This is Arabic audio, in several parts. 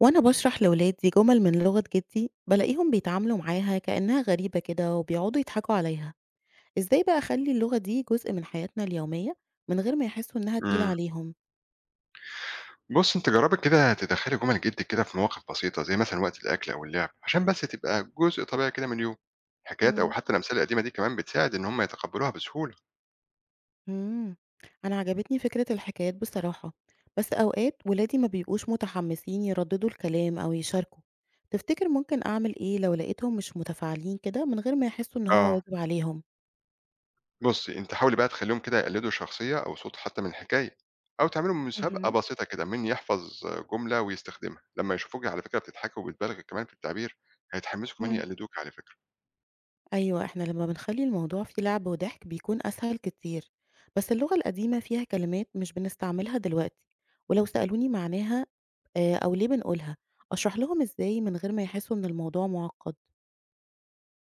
وأنا بشرح لولادي جمل من لغة جدي بلاقيهم بيتعاملوا معاها كأنها غريبة كده وبيقعدوا يضحكوا عليها. إزاي بقى أخلي اللغة دي جزء من حياتنا اليومية من غير ما يحسوا إنها تقيلة إمم. عليهم؟ بُصّي أنتِ جرّبي كده تدخّلي جُمل جدِّك كده في مواقف بسيطة، زي مثلًا وقت الأكل أو اللعب، عشان بس تبقى جزء طبيعي كده من اليوم. حكايات أو مم. حتى الأمثلة القديمة دي كمان بتساعد إن هم يتقبّلوها بسهولة. مم. أنا عجبتني فكرة الحكايات بصراحة، بس أوقات ولادي ما بيبقوش متحمسين يرددوا الكلام أو يشاركوا. تفتكر ممكن أعمل إيه لو لقيتهم مش متفاعلين كده من غير ما يحسوا إن هو آه. واجب عليهم؟ بُصّي، أنتِ حاولي بقى تخلّيهم كده يقلّدوا شخصية أو صوت حتى من الحكاية، أو تعملوا مسابقة مهم. بسيطة كده مين يحفظ جملة ويستخدمها. لمّا يشوفوكِ على فكرة بتضحكي وبتبالغي كمان في التعبير، هيتحمّسوا كمان مم. يقلّدوكِ على فكرة. أيوة، إحنا لما بنخلي الموضوع فيه لعب وضحك بيكون أسهل كتير. بس اللغة القديمة فيها كلمات مش بنستعملها دلوقتي، ولو سألوني معناها، آه، أو ليه بنقولها، أشرح لهم إزاي من غير ما يحسوا إن الموضوع معقد؟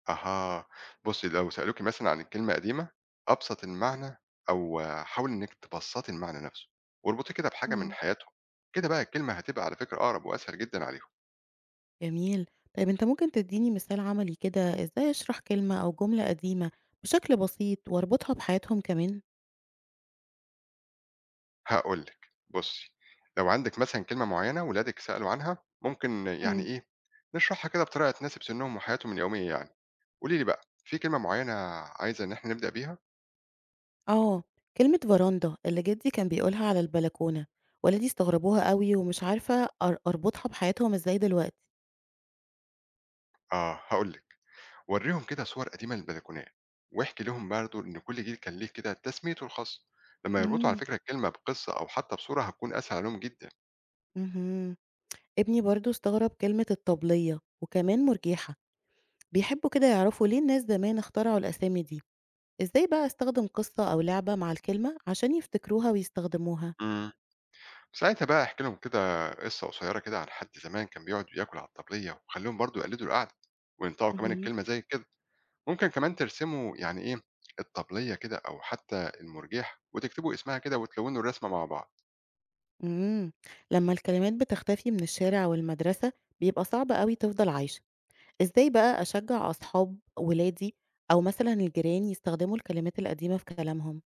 أها. بُصّي، لو سألوكِ مثلًا عن الكلمة قديمة، أبسط المعنى أو حاولي إنِّك تبسّطي المعنى نَفْسه واربطيه كده بحاجة من مم. حياتهم، كده بقى الكلمة هتبقى على فكرة أقرب وأسهل جدًا عليهم. جميل. طيب أنت ممكن تديني مثال عملي كده إزاي أشرح كلمة أو جملة قديمة بشكل بسيط وأربطها بحياتهم كمان؟ هاقول لِك، بُصّي، لو عندِك مثلًا كلمة معيّنة ولادِك سألوا عنها، ممكن يعني مم. إيه، نشرحها كده بطريقة تناسب سِنّهم وحياتهم اليومية يعني. قولي لي بقى، في كلمة معيّنة عايزة إن إحنا نبدأ بيها؟ آه. كلمة فراندا اللي جدي كان بيقولها على البلكونة، ولادي استغربوها قوي ومش عارفة أربطها بحياتهم إزاي دلوقتي. آه، هاقول لِك. وريهم كده صور قديمة للبلكونات واحكي لهم برضه إن كل جيل كان ليه كده تسميته الخاصة. لما يربطوا على إمم، فكرة الكلمة بقصة أو حتى بصورة هتكون أسهل عليهم جدا. اهم. ابني برضه استغرب كلمة الطبلية وكمان مرجيحة، بيحبوا كده يعرفوا ليه الناس زمان اخترعوا الأسامي دي، إزاي بقى استخدم قصة أو لعبة مع الكلمة عشان يفتكروها ويستخدموها؟ امم ساعتها بقى احكي لهم كده قصة قصيرة كده عن حد زمان كان بيقعد ياكل على الطبلية، وخليهم برضه يقلدوا القعدة وينطقوا كمان اهم، الكلمة زي كده. ممكن كمان ترسموا يعني إيه الطبلية كده أو حتى المرجيحة وتكتبوا اسمها كده وتلونوا الرسمة مع بعض. إمم. لمّا الكلمات بتختفي من الشارع والمدرسة بيبقى صعب أوي تفضل عايشة، إزاي بقى أشجع أصحاب ولادي أو مثلًا الجيران يستخدموا الكلمات القديمة في كلامهم؟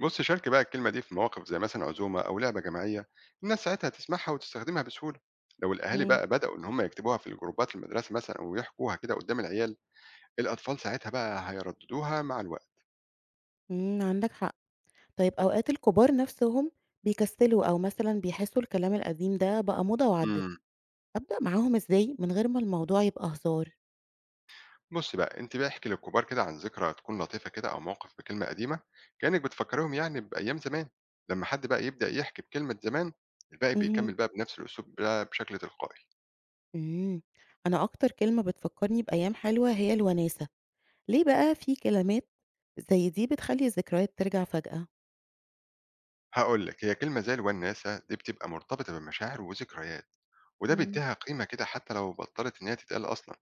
بص شارك بقى الكلمة دي في مواقف زي مثلا عزومة أو لعبة جماعية. الناس ساعتها هتسمعها وتستخدمها بسهولة. لو الأهالي إمم، بقى بدأوا إن هم يكتبوها في الجروبات المدرسة مثلا ويحكوها كده قدام العيال، الأطفال ساعتها بقى هيرددوها مع الوقت. إمم، عندك حق. طيب، أوقات الكبار نفسهم بيكسلوا أو مثلًا بيحسوا الكلام القديم ده بقى موضة وعدِّت، امم أبدأ معاهم إزاي من غير ما الموضوع يبقى هزار؟ بص بقى أنت بقى احكي للكبار كده عن ذكرى تكون لطيفة كده أو موقف بكلمة قديمة، كأنك بتفكرهم يعني بأيام زمان. لما حد بقى يبدأ يحكي بكلمة زمان، الباقي اهم. بيكمل بقى بنفس الأسلوب ده بشكل تلقائي. إمم، أنا أكتر كلمة بتفكّرني بأيام حلوة هي الوناسة، ليه بقى في كلمات زي دي بتخلّي الذكريات ترجع فجأة؟ هقول لك، هي كلمة زي الوناسة دي بتبقى مرتبطة بمشاعر وذكريات، وده إمم. بيديها قيمة كده حتى لو بطلت إن هي تتقال أصلا.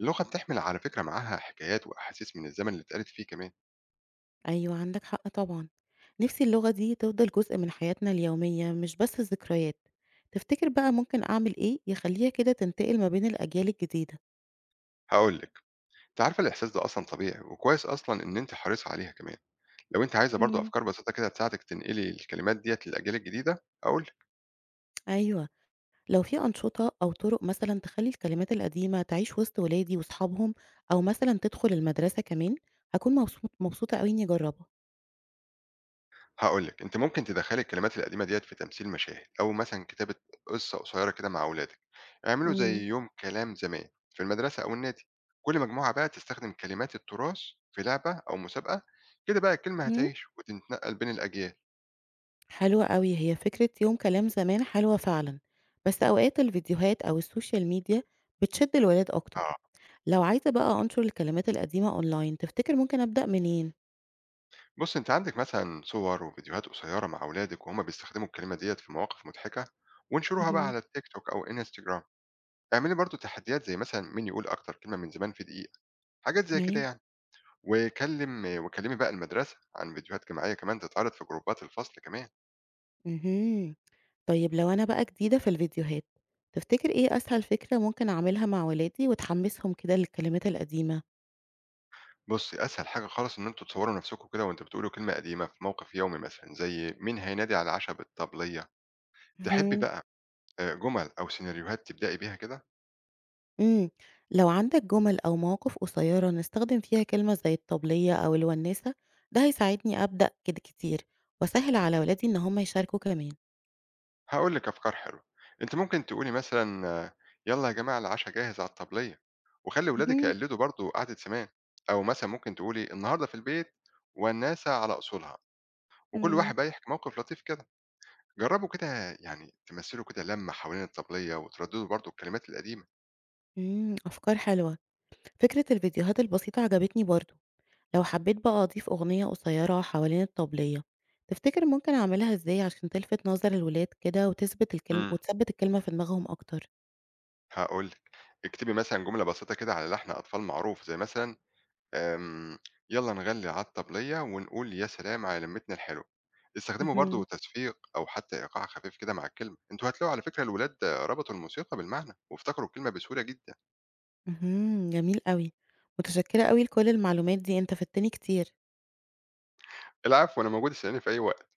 اللغة بتحمل على فكرة معاها حكايات وأحاسيس من الزمن اللي اتقالت فيه كمان. أيوه، عندك حق طبعًا. نفسي اللغة دي تفضل جزء من حياتنا اليومية مش بس الذكريات، تفتكر بقى ممكن أعمل إيه يخلّيها كده تنتقل ما بين الأجيال الجديدة؟ هقولك، أنت عارفة الإحساس ده أصلا طبيعي وكويس أصلا إن أنت حريصة عليها كمان. لو أنت عايزة برضو إمم. أفكار بسيطة كده تساعدك تنقلي الكلمات ديت للأجيال الجديدة أقول. أيوه. لو في أنشطة أو طرق مثلًا تخلّي الكلمات القديمة تعيش وسط ولادي وصحابهم، أو مثلًا تدخل المدرسة كمان، هاكون مبسوطة أوي إني أجرّبها. هاقول لِك، أنتِ ممكن تدخّلي الكلمات القديمة ديّة في تمثيل مشاهد، أو مثلًا كتابة قصة قصيرة كده مع أولادِك. اعملوا زي إمم، يوم كلام زمان في المدرسة أو النادي، كل مجموعة بقى تستخدم كلمات التراث في لعبة أو مسابقة، كده بقى الكلمة إمم. هتعيش وتتنقل بين الأجيال. حلوة أوي، هي فكرة يوم كلام زمان حلوة فعلًا. بس أوقات الفيديوهات أو السوشيال ميديا بتشد الولاد أكتر. آه، لو عايزة بقى أنشر الكلمات القديمة أونلاين، تفتكر ممكن أبدأ منين؟ بُصّي أنتِ عندِك مثلًا صور وفيديوهات قصيرة مع أولادِك وهُم بيستخدموا الكلمة ديّة في مواقف مضحكة، وانشروها بقى اهم، على التيك توك أو إنستجرام. اعملي برضه تحديات زي مثلًا مين يقول أكتر كلمة من زمان في دقيقة، حاجات زي كده أيوه. يعني. وكلمي بقى المدرسة عن فيديوهات جماعية كمان تتعرض في جروبات الفصل كمان. اهم. طيب لو أنا بقى جديدة في الفيديوهات، تفتكر إيه أسهل فكرة ممكن أعملها مع ولادي وتحمسهم كده للكلمات القديمة؟ بُصّي، أسهل حاجة خالص إن أنتم تصوروا نفسكم كده وأنتم بتقولوا كلمة قديمة في موقف يومي مثلًا، زي مين هينادي على العشا بالطبلية؟ تحبي مهم. بقى جُمل أو سيناريوهات تبدئي بيها كده؟ امم لو عندك جمل أو مواقف قصيرة نستخدم فيها كلمة زي الطبلية أو الونسة، ده هيساعدني أبدأ كده كتير، وأسهل على ولادي إن هم يشاركوا كمان. هاقول لِك أفكار حلوة، أنتِ ممكن تقولي مثلًا يالّا يا جماعة العشا جاهز على الطبلية، وخلّي ولادِك مهم. يقلدوا برضه قعدة زمان. أو مثلًا ممكن تقولي النهارده في البيت ونّاسة على أصولها، وكل مم. واحد بقى يحكي موقف لطيف كده. جرّبوا كده يعني تمثّلوا كده لمّة حوالين الطبلية وتردّدوا برضه الكلمات القديمة. أفكار حلوة. فكرة الفيديوهات البسيطة عجبتني برضو. لو حبيت بقى أضيف أغنية قصيرة حوالين الطبلية، تفتكر ممكن أعملها إزاي عشان تلفت نظر الولاد كده وتثبت الكلمة إمم. وتثبت الكلمة في دماغهم أكتر؟ هاقول لِك، اكتبي مثلًا جملة بسيطة كده على لحن أطفال معروف، زي مثلًا آمم، يالّا نغنّي على الطبلية ونقول يا سلام على لمّتنا الحلوة. استخدموا برضه مهم. تصفيق أو حتى إيقاع خفيف كده مع الكلمة. أنتم هتلاقوا على فكرة الولاد ربطوا الموسيقى بالمعنى وافتكروا الكلمة بسهولة جدًا. اهم، جميل أوي، متشكرة أوي لكل المعلومات دي، أنت فدتني كتير. العفو، أنا موجود، اسأليني في أي وقت.